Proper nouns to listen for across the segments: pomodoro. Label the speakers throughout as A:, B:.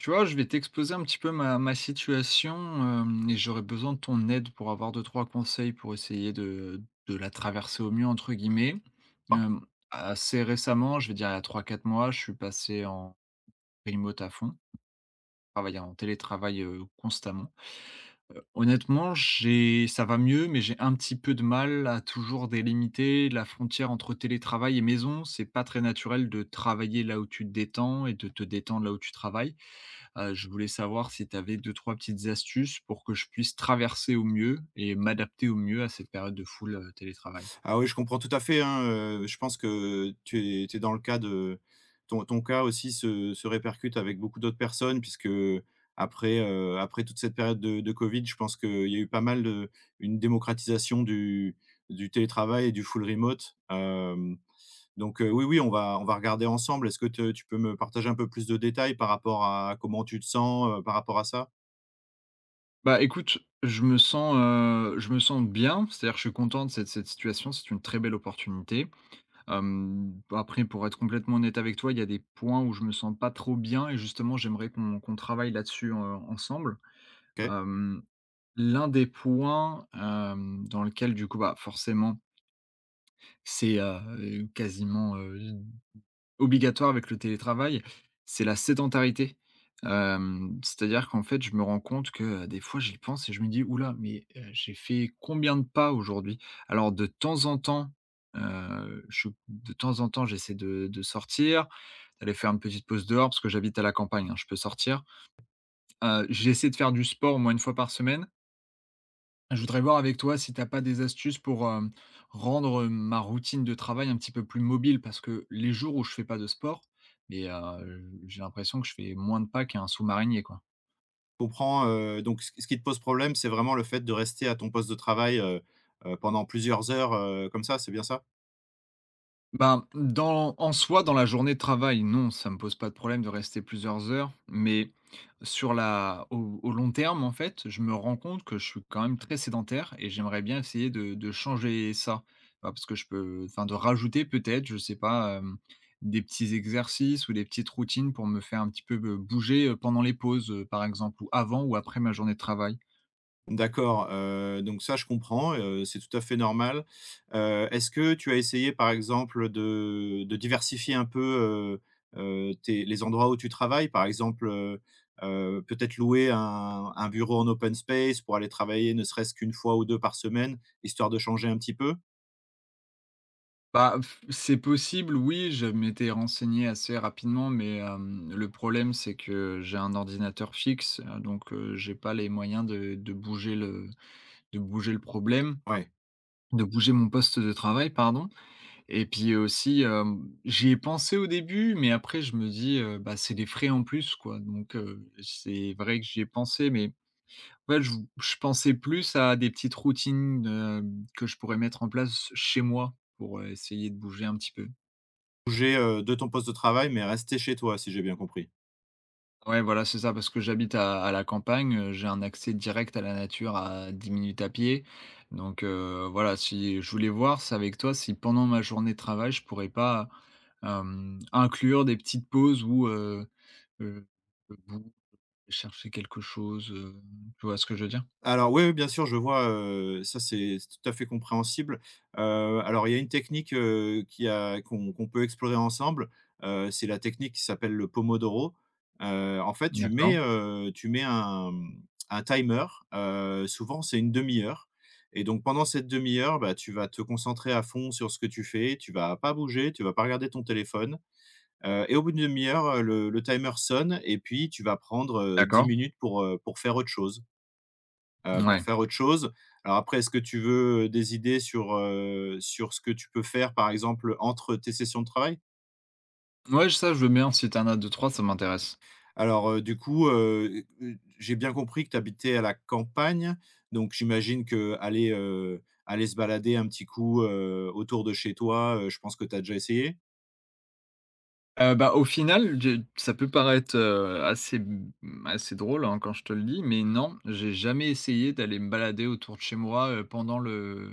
A: Tu vois, je vais t'exposer un petit peu ma situation et j'aurais besoin de ton aide pour avoir deux, trois conseils pour essayer de la traverser au mieux, entre guillemets. Euh, assez récemment, je vais dire il y a trois quatre mois, je suis passé en remote à fond, travailler en télétravail constamment. Honnêtement, ça va mieux, mais j'ai un petit peu de mal à toujours délimiter la frontière entre télétravail et maison. C'est pas très naturel de travailler là où tu te détends et de te détendre là où tu travailles. Je voulais savoir si tu avais 2-3 petites astuces pour que je puisse traverser au mieux et m'adapter au mieux à cette période de full, télétravail.
B: Ah oui, je comprends tout à fait, hein, je pense que tu es dans le cas de ton cas aussi se répercute avec beaucoup d'autres personnes puisque après toute cette période de covid, je pense qu'il y a eu pas mal de une démocratisation du télétravail et du full remote, donc oui, oui, on va regarder ensemble. Est-ce que te tu peux me partager un peu plus de détails par rapport à comment tu te sens, par rapport à ça?
A: Bah, écoute, je me sens bien, c'est-à-dire que je suis content de cette situation, c'est une très belle opportunité. Hem, après pour être complètement honnête avec toi, il y a des points où je me sens pas trop bien et justement j'aimerais qu'on travaille là-dessus, ensemble.
B: OK.
A: Hem, l'un des points, hem, dans lequel du coup, bah, forcément c'est, quasiment, euh, obligatoire avec le télétravail, c'est la sédentarité. Hem, c'est-à-dire qu'en fait, je me rends compte que, des fois, j'y pense et je me dis : « Oula mais, j'ai fait combien de pas aujourd'hui ? » Alors de temps en temps, je de temps en temps, j'essaie de sortir, d'aller faire une petite pause dehors parce que j'habite à la campagne, hein, je peux sortir. J'essaie de faire du sport au moins une fois par semaine. Je voudrais voir avec toi si tu as pas des astuces pour, hem, rendre, ma routine de travail un petit peu plus mobile parce que les jours où je fais pas de sport, mais j'ai l'impression que je fais moins de pas qu'un sous-marinier, quoi.
B: Comprends, donc ce qui te pose problème, c'est vraiment le fait de rester à ton poste de travail, pendant plusieurs heures, comme ça, c'est bien ça?
A: Ben, dans en soi, dans la journée de travail, non, ça me pose pas de problème de rester plusieurs heures, mais sur la au long terme, en fait, je me rends compte que je suis quand même très sédentaire et j'aimerais bien essayer de changer ça. Bah, parce que je peux enfin de rajouter peut-être, je sais pas, hem, des petits exercices ou des petites routines pour me faire un petit peu, bouger, pendant les pauses, par exemple, ou avant ou après ma journée de travail.
B: D'accord, donc ça je comprends, c'est tout à fait normal. Est-ce que tu as essayé par exemple de diversifier un peu, tes les endroits où tu travailles? Par exemple, peut-être louer un bureau en open space pour aller travailler ne serait-ce qu'une fois ou 2 par semaine, histoire de changer un petit peu?
A: Bah, f C'est possible, oui, je m'étais renseigné assez rapidement, mais hem, le problème, c'est que j'ai un ordinateur fixe, donc j'ai pas les moyens de bouger le problème,
B: Ouais.
A: de bouger mon poste de travail, pardon, et puis aussi, hem, j'y ai pensé au début, mais après je me dis, Bah, c'est des frais en plus, quoi », donc c'est vrai que j'y ai pensé, mais en fait, je pensais plus à des petites routines, hem, que je pourrais mettre en place chez moi pour, essayer de bouger un petit peu.
B: Bouger, de ton poste de travail, mais rester chez toi, si j'ai bien compris.
A: Ouais, voilà, c'est ça, parce que j'habite à la campagne, j'ai un accès direct à la nature à 10 minutes à pied. Donc, voilà, si je voulais voir c'est avec toi, si pendant ma journée de travail, je pourrais pas, hem, inclure des petites pauses où, heu, debout, chercher quelque chose, tu vois ce que je veux dire?
B: Alors oui, oui, bien sûr, je vois, ça c'est tout à fait compréhensible. Alors il y a une technique, qui a qu'on peut explorer ensemble, c'est la technique qui s'appelle le pomodoro. En fait,
A: D'accord,
B: tu mets un, mmh, un timer, souvent c'est une demi heure et donc pendant cette demi heure, bah, tu vas te concentrer à fond sur ce que tu fais, tu vas pas bouger, tu vas pas regarder ton téléphone, et au bout d'une demi heure, le timer sonne et puis tu vas prendre, 10
A: d'accord.
B: minutes pour, pour
A: Ouais.
B: faire autre chose. Alors après, est-ce que tu veux, des idées sur, sur ce que tu peux faire, par exemple, entre tes sessions de travail?
A: Ouais, ça, je veux bien, si t'en as deux trois, ça m'intéresse.
B: Alors, j'ai bien compris que tu habitais à la campagne, donc j'imagine qu'aller, aller se balader un petit coup, autour de chez toi, je pense que tu as déjà essayé?
A: Bah, au final, je ça peut paraître, assez assez drôle, hein, quand je te le dis, mais non, j'ai jamais essayé d'aller me balader autour de chez moi, pendant le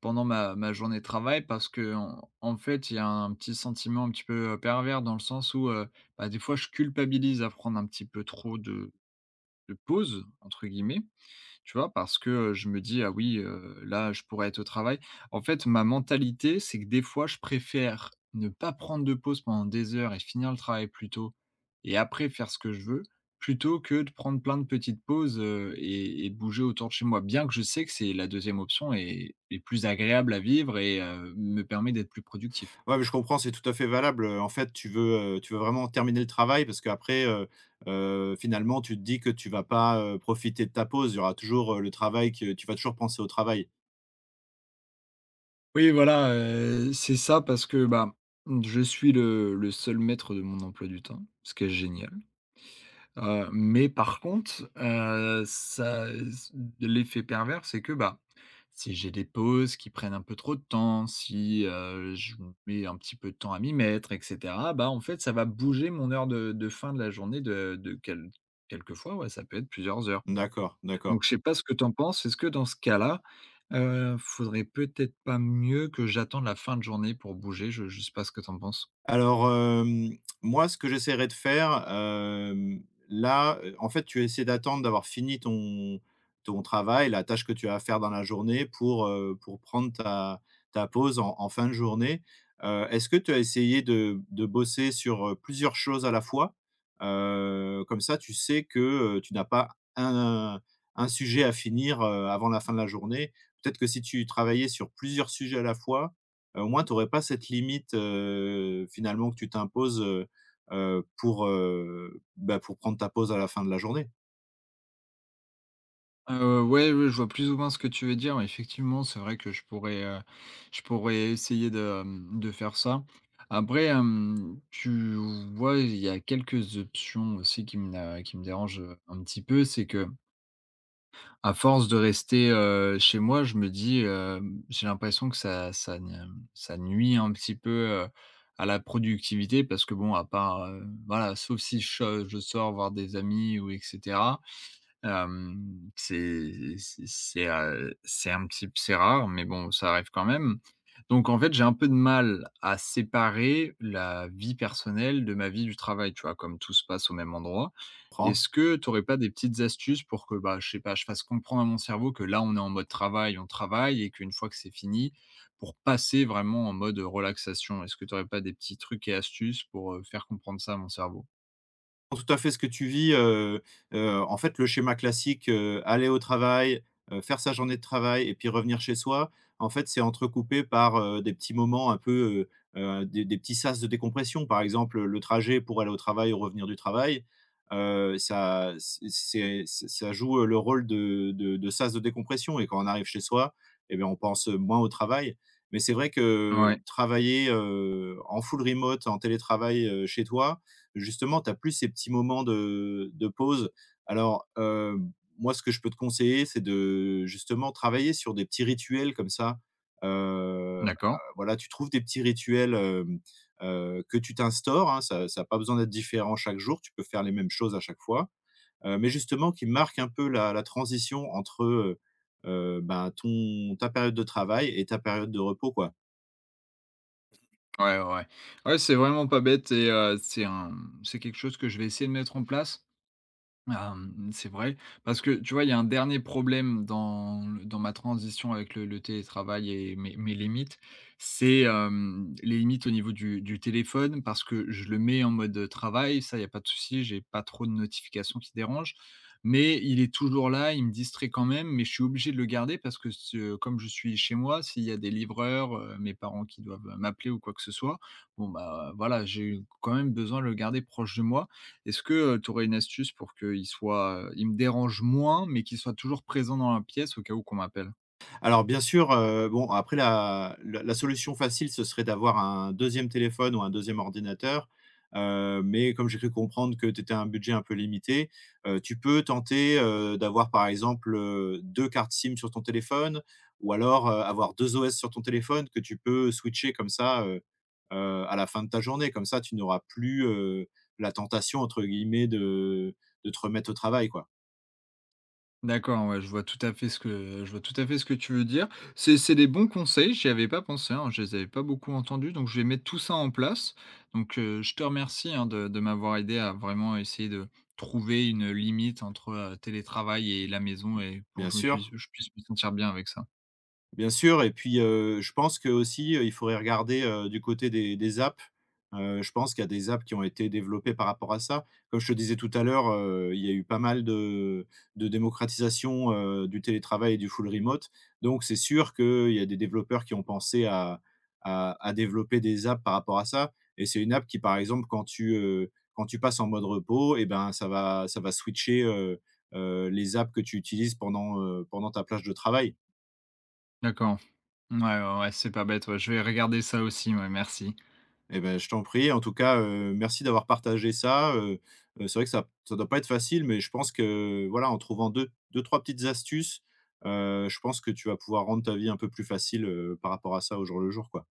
A: pendant ma journée de travail parce que en fait, il y a un petit sentiment un petit peu, pervers dans le sens où, bah, des fois, je culpabilise à prendre un petit peu trop de « pause » entre guillemets. Tu vois? Parce que, je me dis : « Ah oui, là, je pourrais être au travail ». En fait, ma mentalité, c'est que des fois, je préfère ne pas prendre de pause pendant des heures et finir le travail plus tôt et après faire ce que je veux, plutôt que de prendre plein de petites pauses, et de bouger autour de chez moi. Bien que je sais que c'est la deuxième option et est plus agréable à vivre et me permet d'être plus productif.
B: Ouais, mais je comprends, c'est tout à fait valable, en fait, tu veux vraiment terminer le travail parce qu'après, finalement, tu te dis que tu vas pas, profiter de ta pause. Il y aura toujours, le travail que tu vas toujours penser au travail.
A: Oui, voilà, c'est ça parce que, bah, je suis le seul maître de mon emploi du temps, ce qui est génial. Mais par contre, ça l'effet pervers, c'est que, bah, si j'ai des pauses qui prennent un peu trop de temps, si, je mets un petit peu de temps à m'y mettre et cetera, bah, en fait, ça va bouger mon heure de fin de la journée de quel quelquefois, ouais, ça peut être plusieurs heures.
B: D'accord, d'accord.
A: Donc je sais pas ce que tu en penses? Est-ce que dans ce cas-là, faudrait peut-être pas mieux que j'attende la fin de journée pour bouger? Je sais pas ce que tu en penses?
B: Alors, moi, ce que j'essaierai de faire, là, en fait, tu essaies d'attendre d'avoir fini ton travail, la tâche que tu as à faire dans la journée pour prendre ta pause en fin de journée. Est-ce que tu as essayé de bosser sur, plusieurs choses à la fois? Comme ça, tu sais que, tu n'as pas un sujet à finir, avant la fin de la journée. Peut-être que si tu travaillais sur plusieurs sujets à la fois, au moins, tu aurais pas cette limite, finalement que tu t'imposes, pour, bah, pour prendre ta pause à la fin de la journée.
A: Ouais, ouais, je vois plus ou moins ce que tu veux dire. Effectivement, c'est vrai que je pourrais essayer de, mmh, de faire ça. Après, hem, tu vois, il y a quelques options aussi qui me dérangent, un petit peu. C'est que à force de rester, chez moi, je me dis, hem, j'ai l'impression que ça ça ne ça nuit un petit peu, heu, à la productivité parce que bon, à part, voilà, sauf si je sors voir des amis ou et cetera, hem, c'est un petit c'est rare, mais bon, ça arrive quand même. Donc en fait, j'ai un peu de mal à séparer la vie personnelle de ma vie du travail, tu vois? Comme tout se passe au même endroit.
B: Prends
A: Est-ce que tu n'aurais pas des petites astuces pour que, bah, je sais pas, je fasse comprendre à mon cerveau que là, on est en mode travail, on travaille et qu'une fois que c'est fini, pour passer vraiment en mode relaxation? Est-ce que tu n'aurais pas des petits trucs et astuces pour, faire comprendre ça à mon cerveau?
B: tout à fait ce que tu vis, en fait, le schéma classique, aller au travail, faire sa journée de travail et puis revenir chez soi, en fait, c'est entrecoupé par, des petits moments un peu, des petits sas de décompression. Par exemple, le trajet pour aller au travail ou revenir du travail, ça c'est ça joue, le rôle de sas de décompression et quand on arrive chez soi et bien, on pense, moins au travail. Mais c'est vrai que
A: Ouais,
B: travailler, en full remote, en télétravail, chez toi, justement, tu as plus ces petits moments de pause. Alors, moi, ce que je peux te conseiller, c'est de justement travailler sur des petits rituels comme ça. Heu,
A: d'accord.
B: voilà, tu trouves des petits rituels, que tu t'instaures, hein, ça n'a pas besoin d'être différent chaque jour, tu peux faire les mêmes choses à chaque fois, mais justement qui marquent un peu la transition entre, ben, ton ta période de travail et ta période de repos, quoi.
A: Ouais, ouais, ouais. Ouais, c'est vraiment pas bête et c'est un c'est quelque chose que je vais essayer de mettre en place. Ah, mmh, c'est vrai. Parce que, tu vois, il y a un dernier problème dans le dans ma transition avec le télétravail et mes limites. C'est, hem, les limites au niveau du téléphone parce que je le mets en mode travail, ça, il y a pas de souci, j'ai pas trop de notifications qui dérangent. Mais il est toujours là, il me distrait quand même, mais je suis obligé de le garder parce que ce comme je suis chez moi, s'il y a des livreurs, mes parents qui doivent m'appeler ou quoi que ce soit, bon, bah, voilà, j'ai quand même besoin de le garder proche de moi. Est-ce que tu aurais une astuce pour qu'il soit, il me dérange moins, mais qu'il soit toujours présent dans la pièce au cas où qu'on m'appelle?
B: Alors bien sûr, bon après la solution facile, ce serait d'avoir un deuxième téléphone ou un deuxième ordinateur, mais comme j'ai cru comprendre que tu étais un budget un peu limité, tu peux tenter, d'avoir par exemple, 2 cartes SIM sur ton téléphone ou alors, avoir 2 OS sur ton téléphone que tu peux switcher comme ça, à la fin de ta journée. Comme ça, tu n'auras plus, la tentation entre guillemets de te remettre au travail quoi.
A: D'accord, ouais, je vois tout à fait ce que tu veux dire. C'est des bons conseils, j'y avais pas pensé, hein, je les avais pas beaucoup entendus, donc je vais mettre tout ça en place. Donc, je te remercie, hein, de m'avoir aidé à vraiment essayer de trouver une limite entre, télétravail et la maison et pour
B: Bien
A: que
B: sûr,
A: je puisse me sentir bien avec ça.
B: bien sûr et puis, je pense qu'aussi, il faudrait regarder, du côté des apps. Je pense qu'il y a des apps qui ont été développées par rapport à ça. Comme je te disais tout à l'heure, il y a eu pas mal de démocratisation, du télétravail et du full remote. Donc c'est sûr qu'il y a des développeurs qui ont pensé à développer des apps par rapport à ça et c'est une app qui, par exemple, quand quand tu passes en mode repos et ben, ça va switcher, les apps que tu utilises pendant, pendant ta plage de travail.
A: D'accord. Ouais, ouais, ouais, c'est pas bête, ouais, je vais regarder ça aussi, ouais, merci.
B: Eh ben, je t'en prie. En tout cas, merci d'avoir partagé ça, c'est vrai que ça doit pas être facile, mais je pense que, voilà, en trouvant deux, deux, trois petites astuces, je pense que tu vas pouvoir rendre ta vie un peu plus facile, par rapport à ça au jour le jour, quoi.